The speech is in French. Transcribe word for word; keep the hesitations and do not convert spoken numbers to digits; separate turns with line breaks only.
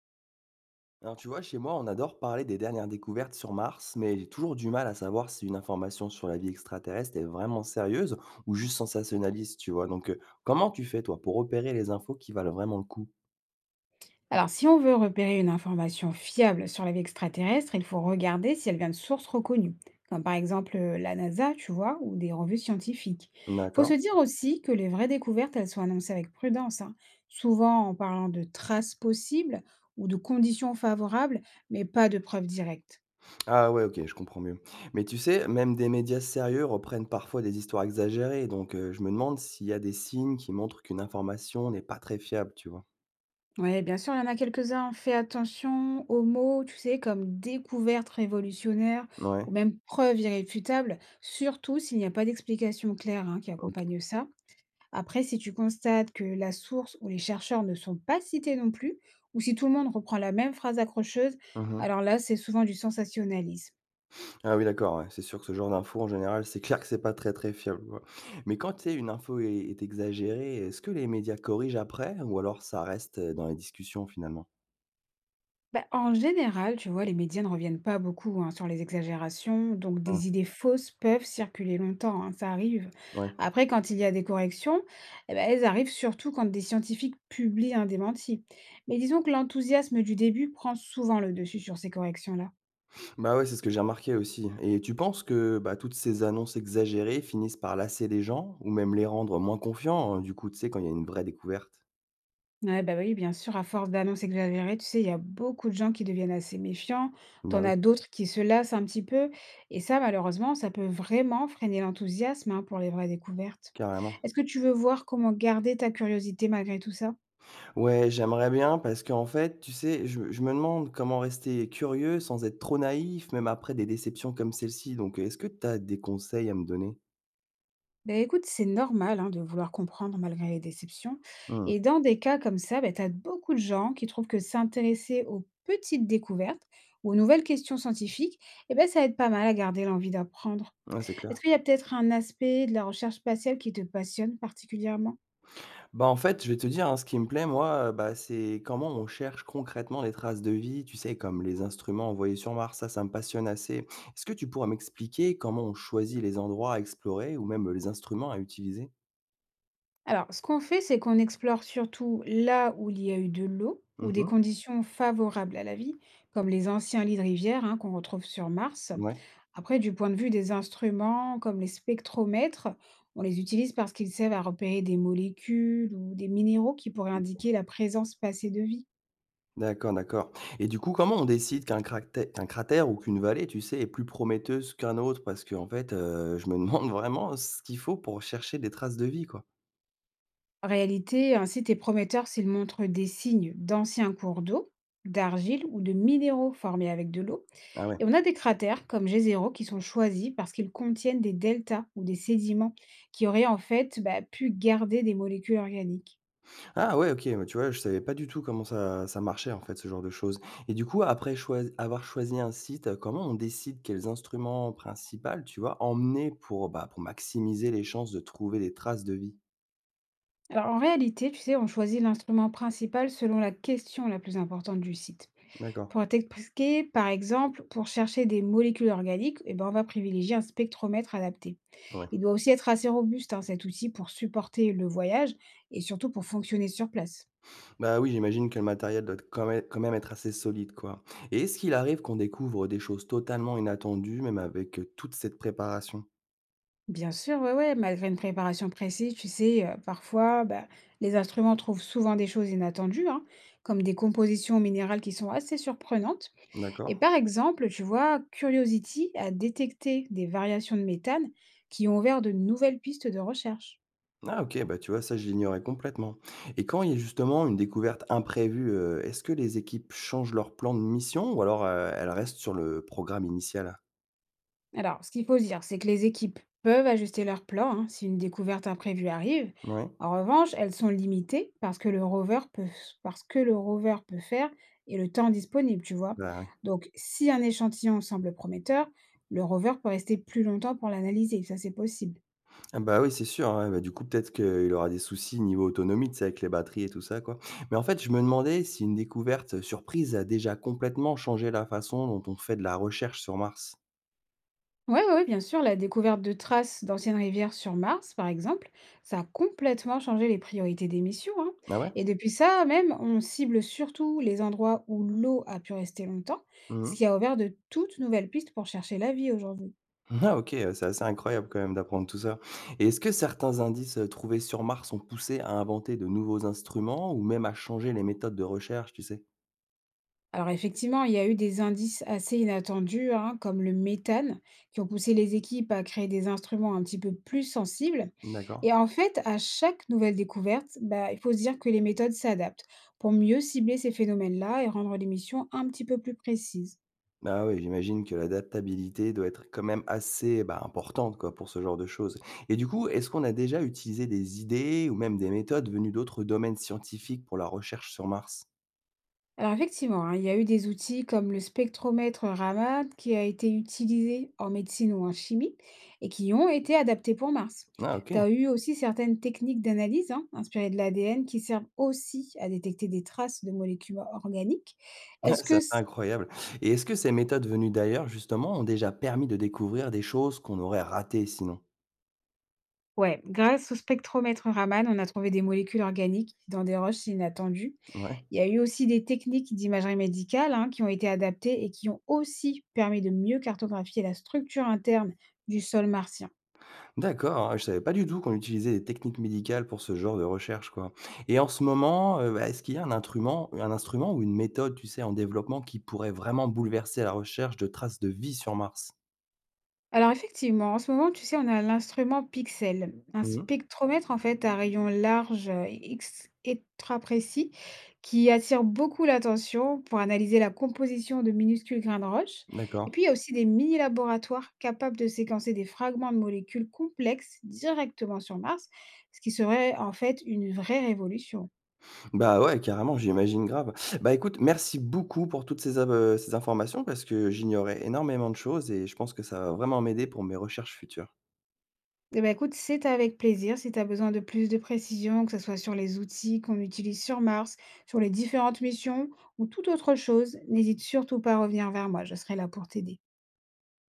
Alors tu vois, chez moi, on adore parler des dernières découvertes sur Mars, mais j'ai toujours du mal à savoir si une information sur la vie extraterrestre est vraiment sérieuse ou juste sensationnaliste, tu vois. Donc euh, comment tu fais, toi, pour repérer les infos qui valent vraiment le coup?
Alors, si on veut repérer une information fiable sur la vie extraterrestre, il faut regarder si elle vient de sources reconnues, comme par exemple euh, la NASA, tu vois, ou des revues scientifiques. Il faut
D'accord.
se dire aussi que les vraies découvertes, elles sont annoncées avec prudence, hein, souvent en parlant de traces possibles ou de conditions favorables, mais pas de preuves directes.
Ah ouais, ok, je comprends mieux. Mais tu sais, même des médias sérieux reprennent parfois des histoires exagérées, donc euh, je me demande s'il y a des signes qui montrent qu'une information n'est pas très fiable, tu vois.
Oui, bien sûr, il y en a quelques-uns. Fais attention aux mots, tu sais, comme découverte révolutionnaire
Ouais,
ou même preuve irréfutable, surtout s'il n'y a pas d'explication claire hein, qui accompagne
ok.
ça. Après, si tu constates que la source ou les chercheurs ne sont pas cités non plus, ou si tout le monde reprend la même phrase accrocheuse,
Mhm.
alors là, c'est souvent du sensationnalisme.
Ah oui, d'accord, ouais. C'est sûr que ce genre d'infos, en général, c'est clair que c'est pas très, très fiable, quoi. Mais quand, tu sais, une info est, est exagérée, est-ce que les médias corrigent après ou alors ça reste euh, dans les discussions finalement?
Bah, en général, tu vois, les médias ne reviennent pas beaucoup hein, sur les exagérations, donc
Ah,
des idées fausses peuvent circuler longtemps, hein, ça arrive.
ouais.
Après, quand il y a des corrections, eh ben, elles arrivent surtout quand des scientifiques publient un démenti. Mais disons que l'enthousiasme du début prend souvent le dessus sur ces corrections-là.
Bah ouais, c'est ce que j'ai remarqué aussi. Et tu penses que bah, toutes ces annonces exagérées finissent par lasser les gens ou même les rendre moins confiants, euh, du coup, tu sais, quand il y a une vraie découverte?
Ouais, bah oui, bien sûr, à force d'annonces exagérées, tu sais, il y a beaucoup de gens qui deviennent assez méfiants.
Bah
T'en
oui,
as d'autres qui se lassent un petit peu. Et ça, malheureusement, ça peut vraiment freiner l'enthousiasme, hein, pour les vraies découvertes.
carrément.
Est-ce que tu veux voir comment garder ta curiosité malgré tout ça?
Ouais, j'aimerais bien parce qu'en fait, tu sais, je me je me demande comment rester curieux sans être trop naïf, même après des déceptions comme celle-ci. Donc, est-ce que tu as des conseils à me donner?
Ben écoute, c'est normal, hein, de vouloir comprendre malgré les déceptions.
Mmh.
Et dans des cas comme ça, ben, t'as beaucoup de gens qui trouvent que s'intéresser aux petites découvertes ou aux nouvelles questions scientifiques, eh ben, ça aide pas mal à garder l'envie d'apprendre.
Ouais, c'est clair.
Est-ce qu'il y a peut-être un aspect de la recherche spatiale qui te passionne particulièrement?
Bah, en fait, je vais te dire, hein, ce qui me plaît, moi, euh, bah, c'est comment on cherche concrètement les traces de vie, tu sais, comme les instruments envoyés sur Mars, ça, ça me passionne assez. Est-ce que tu pourrais m'expliquer comment on choisit les endroits à explorer ou même les instruments à utiliser?
Alors, ce qu'on fait, c'est qu'on explore surtout là où il y a eu de l'eau ou des
Mhm.
conditions favorables à la vie, comme les anciens lits de rivière hein, qu'on retrouve sur Mars.
Ouais.
Après, du point de vue des instruments, comme les spectromètres, on les utilise parce qu'ils servent à repérer des molécules ou des minéraux qui pourraient indiquer la présence passée de vie.
D'accord, d'accord. Et du coup, comment on décide qu'un cractè qu'un cratère ou qu'une vallée, tu sais, est plus prometteuse qu'un autre? Parce que en fait, heu, je me demande vraiment ce qu'il faut pour chercher des traces de vie, quoi.
En réalité, un site est prometteur s'il montre des signes d'anciens cours d'eau, d'argile ou de minéraux formés avec de l'eau
Ah ouais.
Et On a des cratères comme G zéro qui sont choisis parce qu'ils contiennent des deltas ou des sédiments qui auraient en fait bah, pu garder des molécules organiques.
Ah ouais, OK, bah, tu vois, je savais pas du tout comment ça ça marchait, en fait, ce genre de choses. Et du coup, après choisi avoir choisi un site, heu, comment on décide quels instruments principaux, tu vois, emmener pour, bah, pour maximiser les chances de trouver des traces de vie?
Alors en réalité, tu sais, on choisit l'instrument principal selon la question la plus importante du site.
D'accord,
Pour t'expliquer, par exemple, pour chercher des molécules organiques, eh ben, on va privilégier un spectromètre adapté.
ouais.
Il doit aussi être assez robuste, hein, cet outil, pour supporter le voyage et surtout pour fonctionner sur place.
Bah, oui, j'imagine que le matériel doit être quand même quand même être assez solide, quoi. Et est-ce qu'il arrive qu'on découvre des choses totalement inattendues, même avec, heu, toute cette préparation?
Bien sûr, ouais, ouais, malgré une préparation précise, tu sais, euh, parfois, bah, les instruments trouvent souvent des choses inattendues, hein, comme des compositions minérales qui sont assez surprenantes.
D'accord.
Et par exemple, tu vois, Curiosity a détecté des variations de méthane qui ont ouvert de nouvelles pistes de recherche.
Ah OK, bah, tu vois, ça, je l'ignorais complètement. Et quand il y a justement une découverte imprévue, heu, est-ce que les équipes changent leur plan de mission ou alors, heu, elles restent sur le programme initial?
Alors, ce qu'il faut se dire, c'est que les équipes peuvent ajuster leur plan hein, si une découverte imprévue arrive.
Ouais,
En revanche, elles sont limitées parce que le rover peut, parce que le rover peut faire et le temps disponible, tu vois.
bah, oui.
Donc, si un échantillon semble prometteur, le rover peut rester plus longtemps pour l'analyser, ça c'est possible.
Ah bah, oui, c'est sûr, ouais, bah, du coup, peut-être qu'il aura des soucis niveau autonomie, tu sais, avec les batteries et tout ça, quoi. Mais en fait, je me demandais si une découverte surprise a déjà complètement changé la façon dont on fait de la recherche sur Mars.
Ouais, ouais, ouais, bien sûr, la découverte de traces d'anciennes rivières sur Mars, par exemple, ça a complètement changé les priorités des missions, hein.
Ah ouais?
Et depuis ça, même, on cible surtout les endroits où l'eau a pu rester longtemps,
Mmh.
ce qui a ouvert de toutes nouvelles pistes pour chercher la vie aujourd'hui.
Ah OK, heu, c'est assez incroyable quand même d'apprendre tout ça. Et est-ce que certains indices, heu, trouvés sur Mars ont poussé à inventer de nouveaux instruments ou même à changer les méthodes de recherche, tu sais?
Alors effectivement, il y a eu des indices assez inattendus, hein, comme le méthane, qui ont poussé les équipes à créer des instruments un petit peu plus sensibles.
D'accord.
Et en fait, à chaque nouvelle découverte, bah, il faut se dire que les méthodes s'adaptent pour mieux cibler ces phénomènes-là et rendre les missions un petit peu plus précises.
Ah oui, j'imagine que l'adaptabilité doit être quand même assez, bah, importante, quoi, pour ce genre de choses. Et du coup, est-ce qu'on a déjà utilisé des idées ou même des méthodes venues d'autres domaines scientifiques pour la recherche sur Mars?
Alors effectivement, hein, il y a eu des outils comme le spectromètre Raman qui a été utilisé en médecine ou en chimie et qui ont été adaptés pour Mars.
Ah
Tu
OK.
as eu aussi certaines techniques d'analyse hein, inspirées de l'A D N qui servent aussi à détecter des traces de molécules organiques. Est-ce
C'est assez
que... c-
incroyable. Et est-ce que ces méthodes venues d'ailleurs, justement, ont déjà permis de découvrir des choses qu'on aurait ratées sinon?
Ouais, grâce au spectromètre Raman, on a trouvé des molécules organiques dans des roches inattendues.
Ouais.
Il y a eu aussi des techniques d'imagerie médicale hein, qui ont été adaptées et qui ont aussi permis de mieux cartographier la structure interne du sol martien.
D'accord, ah, je savais pas du tout qu'on utilisait des techniques médicales pour ce genre de recherche, quoi. Et en ce moment, heu, bah, est-ce qu'il y a un instrument un instrument ou une méthode, tu sais, en développement qui pourrait vraiment bouleverser la recherche de traces de vie sur Mars?
Alors effectivement, en ce moment, tu sais, on a l'instrument Pixel, un
Mmh.
spectromètre en fait à rayon large euh, ex- extra précis qui attire beaucoup l'attention pour analyser la composition de minuscules grains de roche. Et
D'accord.
puis il y a aussi des mini-laboratoires capables de séquencer des fragments de molécules complexes directement sur Mars, ce qui serait en fait une vraie révolution.
Bah, ouais, carrément, j'imagine grave. Bah, écoute, merci beaucoup pour toutes ces av heu, ces informations parce que j'ignorais énormément de choses et je pense que ça va vraiment m'aider pour mes recherches futures.
Eh ben, écoute, c'est avec plaisir. Si tu as besoin de plus de précisions, que ce soit sur les outils qu'on utilise sur Mars, sur les différentes missions ou toute autre chose, n'hésite surtout pas à revenir vers moi. Je serai là pour t'aider.